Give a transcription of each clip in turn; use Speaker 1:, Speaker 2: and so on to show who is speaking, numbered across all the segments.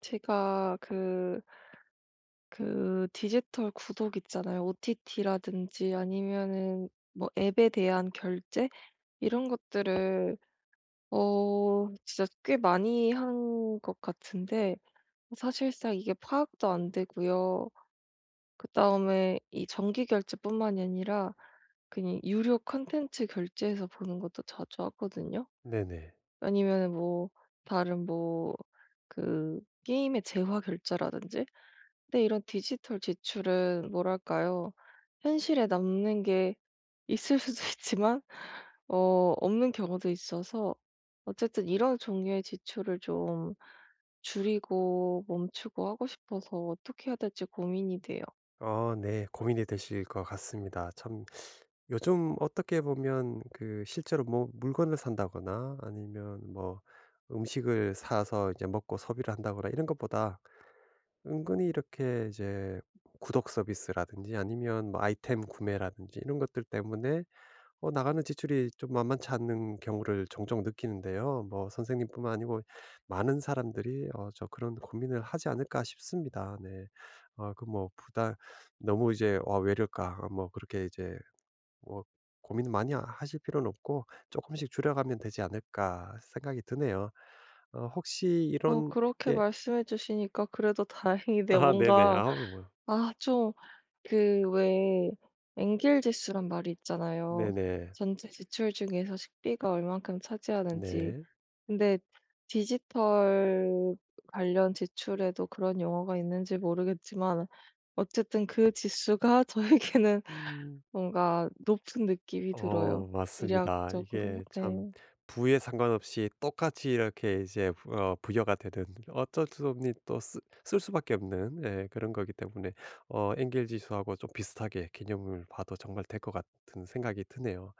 Speaker 1: 제가 그 디지털 구독 있잖아요. OTT라든지 아니면은 뭐 앱에 대한 결제 이런 것들을 진짜 꽤 많이 한 것 같은데, 사실상 이게 파악도 안 되고요. 그다음에 이 정기 결제뿐만이 아니라 그냥 유료 컨텐츠 결제해서 보는 것도 자주 하거든요.
Speaker 2: 네네.
Speaker 1: 아니면은 뭐 다른 뭐 그 게임의 재화 결제라든지. 근데 이런 디지털 지출은 뭐랄까요? 현실에 남는 게 있을 수도 있지만 없는 경우도 있어서, 어쨌든 이런 종류의 지출을 좀 줄이고 멈추고 하고 싶어서 어떻게 해야 될지 고민이 돼요.
Speaker 2: 네. 고민이 되실 것 같습니다. 참 요즘 어떻게 보면 그 실제로 뭐 물건을 산다거나 아니면 뭐 음식을 사서 이제 먹고 소비를 한다거나 이런 것보다 은근히 이렇게 이제 구독 서비스라든지 아니면 뭐 아이템 구매라든지 이런 것들 때문에 나가는 지출이 좀 만만치 않은 경우를 종종 느끼는데요. 뭐 선생님뿐만 아니고 많은 사람들이 그런 고민을 하지 않을까 싶습니다. 네. 그 뭐 부담 너무 이제 '와 왜 이럴까?' 아 뭐 그렇게 이제 뭐 고민 많이 하실 필요는 없고 조금씩 줄여가면 되지 않을까.' 생각이 드네요. 혹시 이런
Speaker 1: 그렇게
Speaker 2: 게
Speaker 1: 말씀해 주시니까 그래도 다행이네요.
Speaker 2: 아 네네.
Speaker 1: 뭔가
Speaker 2: 아우 뭐
Speaker 1: 좀 그 왜 엥겔 지수란 말이 있잖아요.
Speaker 2: 네네.
Speaker 1: 전체 지출 중에서 식비가 얼만큼 차지하는지.
Speaker 2: 네.
Speaker 1: 근데 디지털 관련 지출에도 그런 용어가 있는지 모르겠지만, 어쨌든 그 지수가 저에게는
Speaker 2: 음.
Speaker 1: 뭔가 높은 느낌이 들어요.
Speaker 2: 맞습니다.
Speaker 1: 대략적으로.
Speaker 2: 이게 참
Speaker 1: 네.
Speaker 2: 부에 상관없이 똑같이 이렇게 이제 부 어 부여가 되는 어쩔 수 없니 또 쓸 수밖에 없는 예 그런 거기 때문에 엔겔 지수하고 좀 비슷하게 개념을 봐도 정말 될 것 같은 생각이 드네요.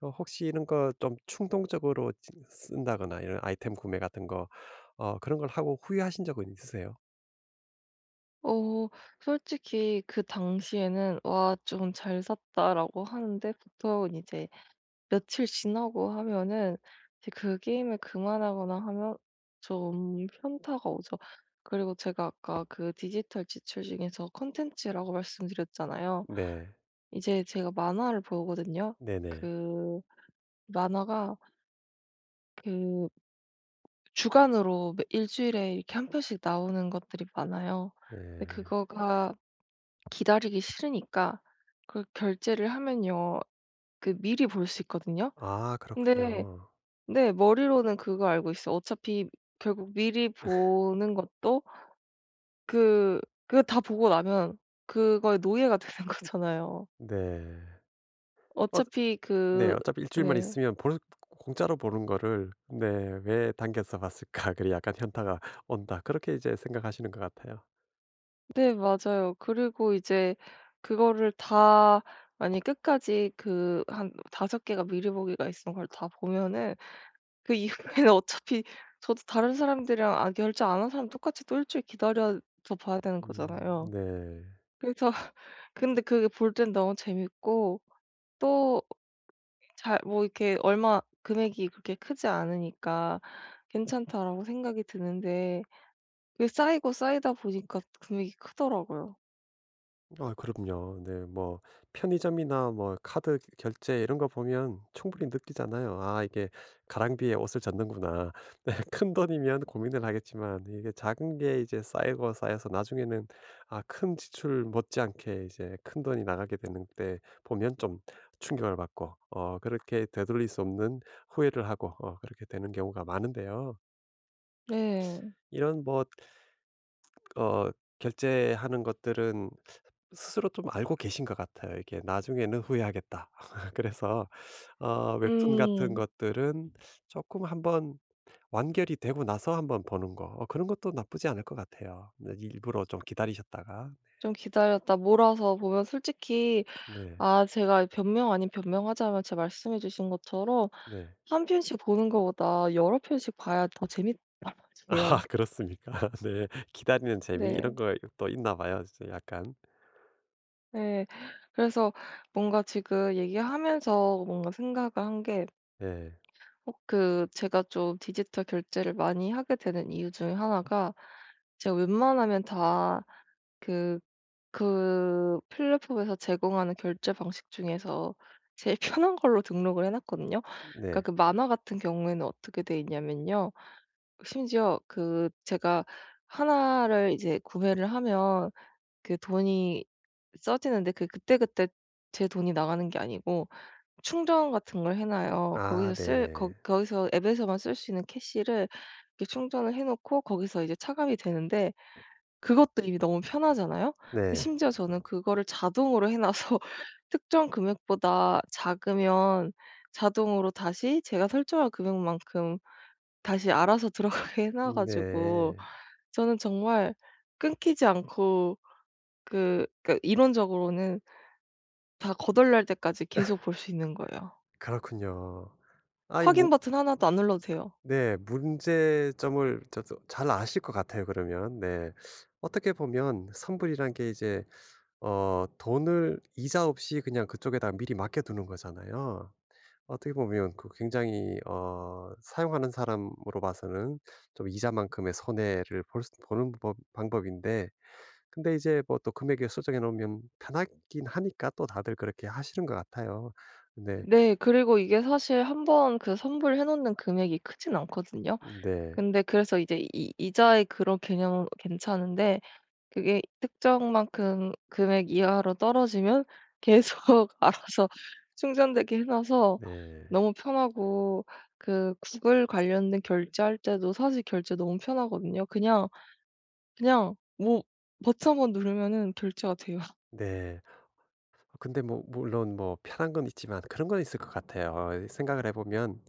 Speaker 2: 혹시 이런 거 좀 충동적으로 지 쓴다거나 이런 아이템 구매 같은 거 그런 걸 하고 후회하신 적은 있으세요?
Speaker 1: 어 솔직히 그 당시에는 '와, 좀 잘 샀다.'라고 하는데, 보통은 이제 며칠 지나고 하면은 이제 그 게임을 그만하거나 하면 좀 현타가 오죠. 그리고 제가 아까 그 디지털 지출 중에서 콘텐츠라고 말씀드렸잖아요.
Speaker 2: 네.
Speaker 1: 이제 제가 만화를 보거든요.
Speaker 2: 네네.
Speaker 1: 그 만화가 그 주간으로, 매 일주일에 이렇게 한 편씩 나오는 것들이 많아요. 근데
Speaker 2: 예.
Speaker 1: 그거가 기다리기 싫으니까 그 결제를 하면요, 그 미리 볼 수 있거든요.
Speaker 2: 아
Speaker 1: 근데
Speaker 2: 그렇군요.
Speaker 1: 네, 머리로는 그거 알고 있어요. 어차피 결국 미리 보는 것도, 그 그거 다 보고 나면 그거에 노예가 되는 거잖아요.
Speaker 2: 네. 어
Speaker 1: 어차피
Speaker 2: 네.
Speaker 1: 그.
Speaker 2: 어차피 일 주일만
Speaker 1: 네.
Speaker 2: 있으면 볼 공짜로 보는 거를 네 '왜 당겨서 봤을까.' 그래 약간 '현타가 온다.' 그렇게 이제 생각하시는 것 같아요.
Speaker 1: 네, 맞아요. 그리고 이제 그거를 다, 만약에 끝까지 그한섯 개가 미리 보기가 있는 걸 다 보면은 그 이후에는 어차피 저도 다른 사람들이랑, 결제 안 한 사람 똑같이 또 일 주일 기다려서 봐야 되는 거잖아요.
Speaker 2: 네.
Speaker 1: 그래서 근데 그게 볼 땐 너무 재밌고, 또 잘 뭐 이렇게 얼마 금액이 그렇게 크지 않으니까 괜찮다라고 생각이 드는데, 그게 쌓이고 쌓이다 보니까 금액이 크더라고요.
Speaker 2: 아 그럼요. 네. 뭐 편의점이나 뭐 카드 결제 이런 거 보면 충분히 느끼잖아요. '아 이게 가랑비에 옷을 젖는구나.' 큰 돈이면 고민을 하겠지만 이게 작은 게 이제 쌓이고 쌓여서 나중에는 아, 큰 지출 못지않게 이제 큰 돈이 나가게 되는 때 보면 좀 충격을 받고 어, 그렇게 되돌릴 수 없는 후회를 하고 어, 그렇게 되는 경우가 많은데요.
Speaker 1: 네.
Speaker 2: 이런 뭐 어, 결제하는 것들은 스스로 좀 알고 계신 것 같아요. 이게 나중에는 후회하겠다. 그래서 어, 웹툰 같은
Speaker 1: 음.
Speaker 2: 것들은 조금 한번 완결이 되고 나서 한번 보는 거 그런 것도 나쁘지 않을 것 같아요. 네 일부러 좀 기다리셨다가.
Speaker 1: 좀 기다렸다 몰아서 보면 솔직히,
Speaker 2: 네.
Speaker 1: 제가 변명 아닌 변명하자면, 제가 말씀해 주신 것처럼
Speaker 2: 네.
Speaker 1: 한 편씩 보는 거보다 여러 편씩 봐야 더 재밌단
Speaker 2: 아
Speaker 1: 말이에요.
Speaker 2: 그렇습니까? 네. 기다리는 재미 이런
Speaker 1: 네.
Speaker 2: 거 또 있나 봐요 진짜 약간.
Speaker 1: 네, 그래서 뭔가 지금 얘기하면서 뭔가 생각을 한게,
Speaker 2: 네.
Speaker 1: 그 제가 좀 디지털 결제를 많이 하게 되는 이유 중에 하나가, 제가 웬만하면 다 그 그 플랫폼에서 제공하는 결제 방식 중에서 제일 편한 걸로 등록을 해 놨거든요. 그러니까
Speaker 2: 네.
Speaker 1: 그 만화 같은 경우에는 어떻게 돼 있냐면요, 심지어 그 제가 하나를 이제 구매를 하면 그 돈이 써지는데, 그 그때그때 제 돈이 나가는 게 아니고 충전 같은 걸 해 놔요.
Speaker 2: 아
Speaker 1: 거기서 쓸 거,
Speaker 2: 네.
Speaker 1: 거기서 앱에서만 쓸 수 있는 캐시를 이렇게 충전을 해 놓고, 거기서 이제 차감이 되는데, 그것도 이미 너무 편하잖아요. 근데
Speaker 2: 네.
Speaker 1: 심지어 저는 그거를 자동으로 해 놔서 특정 금액보다 작으면 자동으로 다시 제가 설정한 금액만큼 다시 알아서 들어가게 해놔 가지고,
Speaker 2: 네.
Speaker 1: 저는 정말 끊기지 않고 그 이론적으로는 다 거덜날 때까지 계속 볼 수 있는 거예요.
Speaker 2: 그렇군요. 아이
Speaker 1: 확인
Speaker 2: 뭐
Speaker 1: 버튼 하나도 안 눌러도 돼요.
Speaker 2: 네 문제점을 저도 잘 아실 것 같아요 그러면. 네. 어떻게 보면 선불이란 게 이제 돈을 이자 없이 그냥 그쪽에다 미리 맡겨 두는 거잖아요. 어떻게 보면 그 굉장히 사용하는 사람으로 봐서는 좀 이자만큼의 손해를 볼 수 보는 법 방법인데 근데 이제 뭐 또 금액이 수정해 놓으면 편하긴 하니까 또 다들 그렇게 하시는 것 같아요. 근데
Speaker 1: 네. 그리고 이게 사실 한번 그 선불해 놓는 금액이 크진 않거든요.
Speaker 2: 네.
Speaker 1: 근데 그래서 이제 이 이자의 그런 개념은 괜찮은데, 그게 특정만큼 금액 이하로 떨어지면 계속 알아서 충전되게 해 놔서
Speaker 2: 네.
Speaker 1: 너무 편하고, 그 구글 관련된 결제할 때도 사실 결제 너무 편하거든요. 그냥 뭐 버튼 한번 누르면은 결제가 돼요.
Speaker 2: 네. 근데 뭐 물론 뭐 편한 건 있지만 그런 건 있을 것 같아요. 생각을 해 보면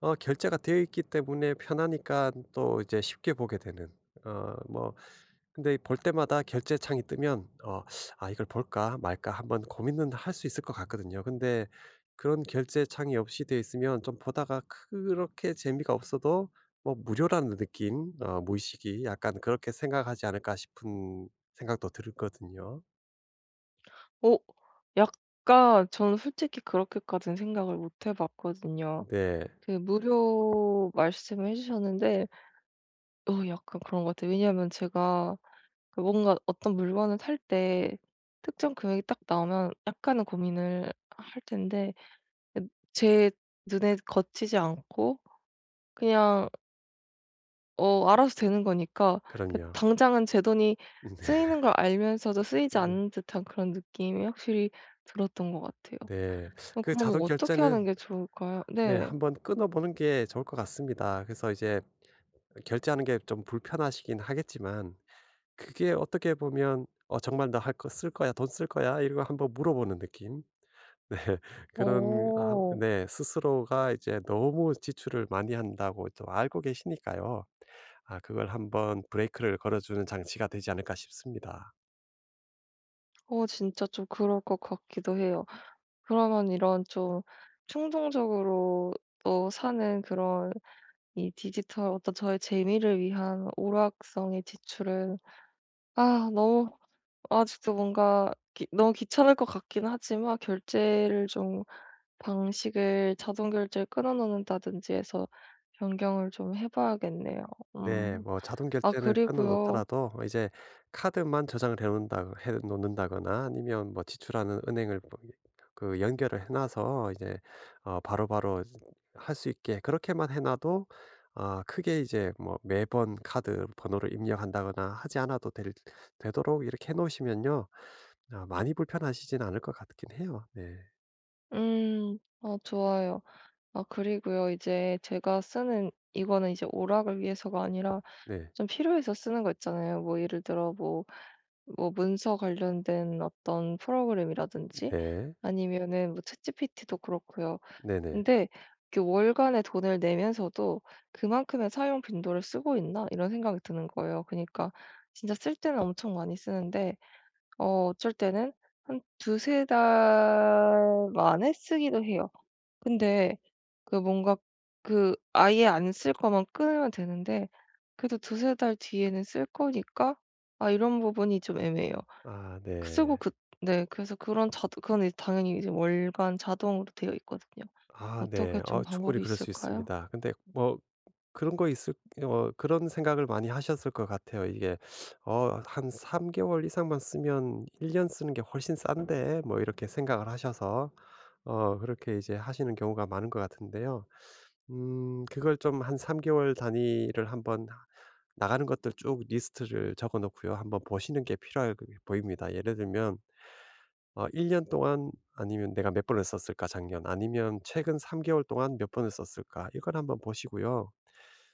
Speaker 2: 결제가 되어 있기 때문에 편하니까 또 이제 쉽게 보게 되는. 뭐 근데 볼 때마다 결제 창이 뜨면 어 '아 이걸 볼까 말까.' 한번 고민은 할 수 있을 것 같거든요. 근데 그런 결제 창이 없이 되어 있으면 좀 보다가 그렇게 재미가 없어도 뭐 '무료라는 느낌 무의식이 약간 그렇게 생각하지 않을까.' 싶은 생각도 들거든요.
Speaker 1: 어 약간 저는 솔직히 그렇게까지는 생각을 못해 봤거든요.
Speaker 2: 네.
Speaker 1: 그 무료 말씀을 해 주셨는데, 약간 그런 것 같아요. 왜냐하면 제가 그 뭔가 어떤 물건을 살 때 특정 금액이 딱 나오면 약간은 고민을 할 텐데, 그 제 눈에 거치지 않고 그냥 알아서 되는 거니까, 그
Speaker 2: 그럼요.
Speaker 1: 당장은 제 돈이
Speaker 2: 네.
Speaker 1: 쓰이는 걸 알면서도 쓰이지
Speaker 2: 네.
Speaker 1: 않는 듯한 그런 느낌이 확실히 들었던 것 같아요.
Speaker 2: 네. 그
Speaker 1: 그러면
Speaker 2: 자동
Speaker 1: 어떻게 하는
Speaker 2: 결제는
Speaker 1: 게 좋을까요?
Speaker 2: 네.
Speaker 1: 네.
Speaker 2: 한번 끊어 보는 게 좋을 것 같습니다. 그래서 이제 결제하는 게 좀 불편하시긴 하겠지만 그게 어떻게 보면 정말 나 할 거 쓸 거야. 돈 쓸 거야.' 이런 거 한번 물어보는 느낌. 네. 그런 하
Speaker 1: 어.
Speaker 2: 네. 스스로가 이제 너무 지출을 많이 한다고 또 알고 계시니까요. 아 그걸 한번 브레이크를 걸어 주는 장치가 되지 않을까 싶습니다.
Speaker 1: 진짜 좀 그럴 것 같기도 해요. 그러면 이런 좀 충동적으로 또 사는 그런, 이 디지털 어떤 저의 재미를 위한 오락성의 지출은, 너무 아직도 뭔가 너무 귀찮을 것 같긴 하지만, 결제를 좀, 방식을, 자동 결제를 끊어 놓는다든지 해서 변경을 좀 해 봐야겠네요.
Speaker 2: 네.
Speaker 1: 음.
Speaker 2: 뭐 자동
Speaker 1: 아
Speaker 2: 결제는 끊어
Speaker 1: 그리고요.
Speaker 2: 놓더라도 이제 카드만 저장을 해 놓는다거나 아니면 뭐 지출하는 은행을 뭐 이 그 연결을 해 놔서 이제 바로바로 할 수 있게 그렇게만 해 놔도 아 크게 이제 뭐 매번 카드 번호를 입력한다거나 하지 않아도 될 되도록 이렇게 해 놓으시면요. 아 많이 불편하시진 않을 것 같긴 해요. 네.
Speaker 1: 음 아, 좋아요. 아 그리고요. 이제 제가 쓰는 이거는 이제 오락을 위해서가 아니라
Speaker 2: 네.
Speaker 1: 좀 필요해서 쓰는 거 있잖아요. 뭐 예를 들어 뭐 문서 관련된 어떤 프로그램이라든지,
Speaker 2: 네.
Speaker 1: 아니면은 뭐 챗GPT도 그렇고요.
Speaker 2: 네네.
Speaker 1: 근데 그 월간의 돈을 내면서도 '그만큼의 사용 빈도를 쓰고 있나?' 이런 생각이 드는 거예요. 그니까 러 진짜 쓸 때는 엄청 많이 쓰는데, 어쩔 때는 한 두세 달 만에 쓰기도 해요. 근데 그 뭔가, 그 아예 안 쓸 거만 끊으면 되는데, 그래도 두세 달 뒤에는 쓸 거니까, 이런 부분이 좀 애매해요.
Speaker 2: 아
Speaker 1: 그 쓰고
Speaker 2: 네.
Speaker 1: 그. 네, 그래서 그런 자동, 그건 이제 당연히 이제 월간 자동으로 되어 있거든요.
Speaker 2: 아
Speaker 1: 어떻게
Speaker 2: 네.
Speaker 1: 좀
Speaker 2: 충분히
Speaker 1: 방법이
Speaker 2: 그럴 수
Speaker 1: 있을까요?
Speaker 2: 있습니다. 근데 뭐 그런 거 있을 그런 생각을 많이 하셨을 것 같아요. 이게 한 3 개월 이상만 쓰면 1년 쓰는 게 훨씬 싼데 뭐 이렇게 생각을 하셔서 그렇게 이제 하시는 경우가 많은 것 같은데요. 그걸 좀 한 3 개월 단위를 한번 하 나가는 것들 쭉 리스트를 적어 놓고요. 한번 보시는 게 필요해 보입니다. 예를 들면 1 년 동안 아니면 '내가 몇 번을 썼을까 작년.' 아니면 '최근 3 개월 동안 몇 번을 썼을까.' 이걸 한번 보시고요.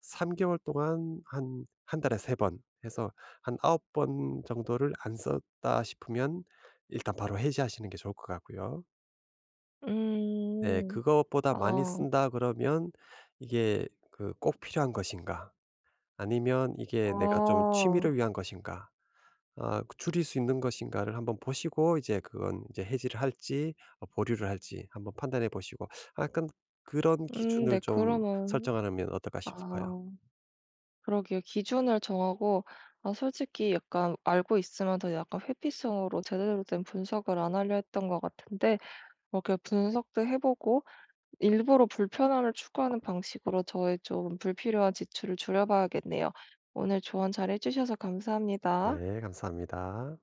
Speaker 2: 3 개월 동안 한 한 달에 3번 해서 한 9번 정도를 안 썼다 싶으면 일단 바로 해지하시는 게 좋을 것 같고요. 네.
Speaker 1: 음.
Speaker 2: 그것보다 많이
Speaker 1: 아.
Speaker 2: 쓴다 그러면 이게 그 꼭 필요한 것인가? 아니면 이게 내가 좀
Speaker 1: 아.
Speaker 2: 취미를 위한 것인가? 아 그 줄일 수 있는 것인가를 한번 보시고 이제 그건 이제 해지를 할지 보류를 할지 한번 판단해 보시고 아 약간 그런 기준을
Speaker 1: 네,
Speaker 2: 좀
Speaker 1: 그러면
Speaker 2: 설정하면 어떨까
Speaker 1: 아,
Speaker 2: 싶어요.
Speaker 1: 그러게요. 기준을 정하고, 솔직히 약간, 알고 있으면 더 약간 회피성으로 제대로 된 분석을 안 하려 했던 것 같은데, 그렇게 분석도 해 보고 일부러 불편함을 추구하는 방식으로 저의 좀 불필요한 지출을 줄여 봐야겠네요. 오늘 조언 잘해 주셔서 감사합니다.
Speaker 2: 네. 감사합니다.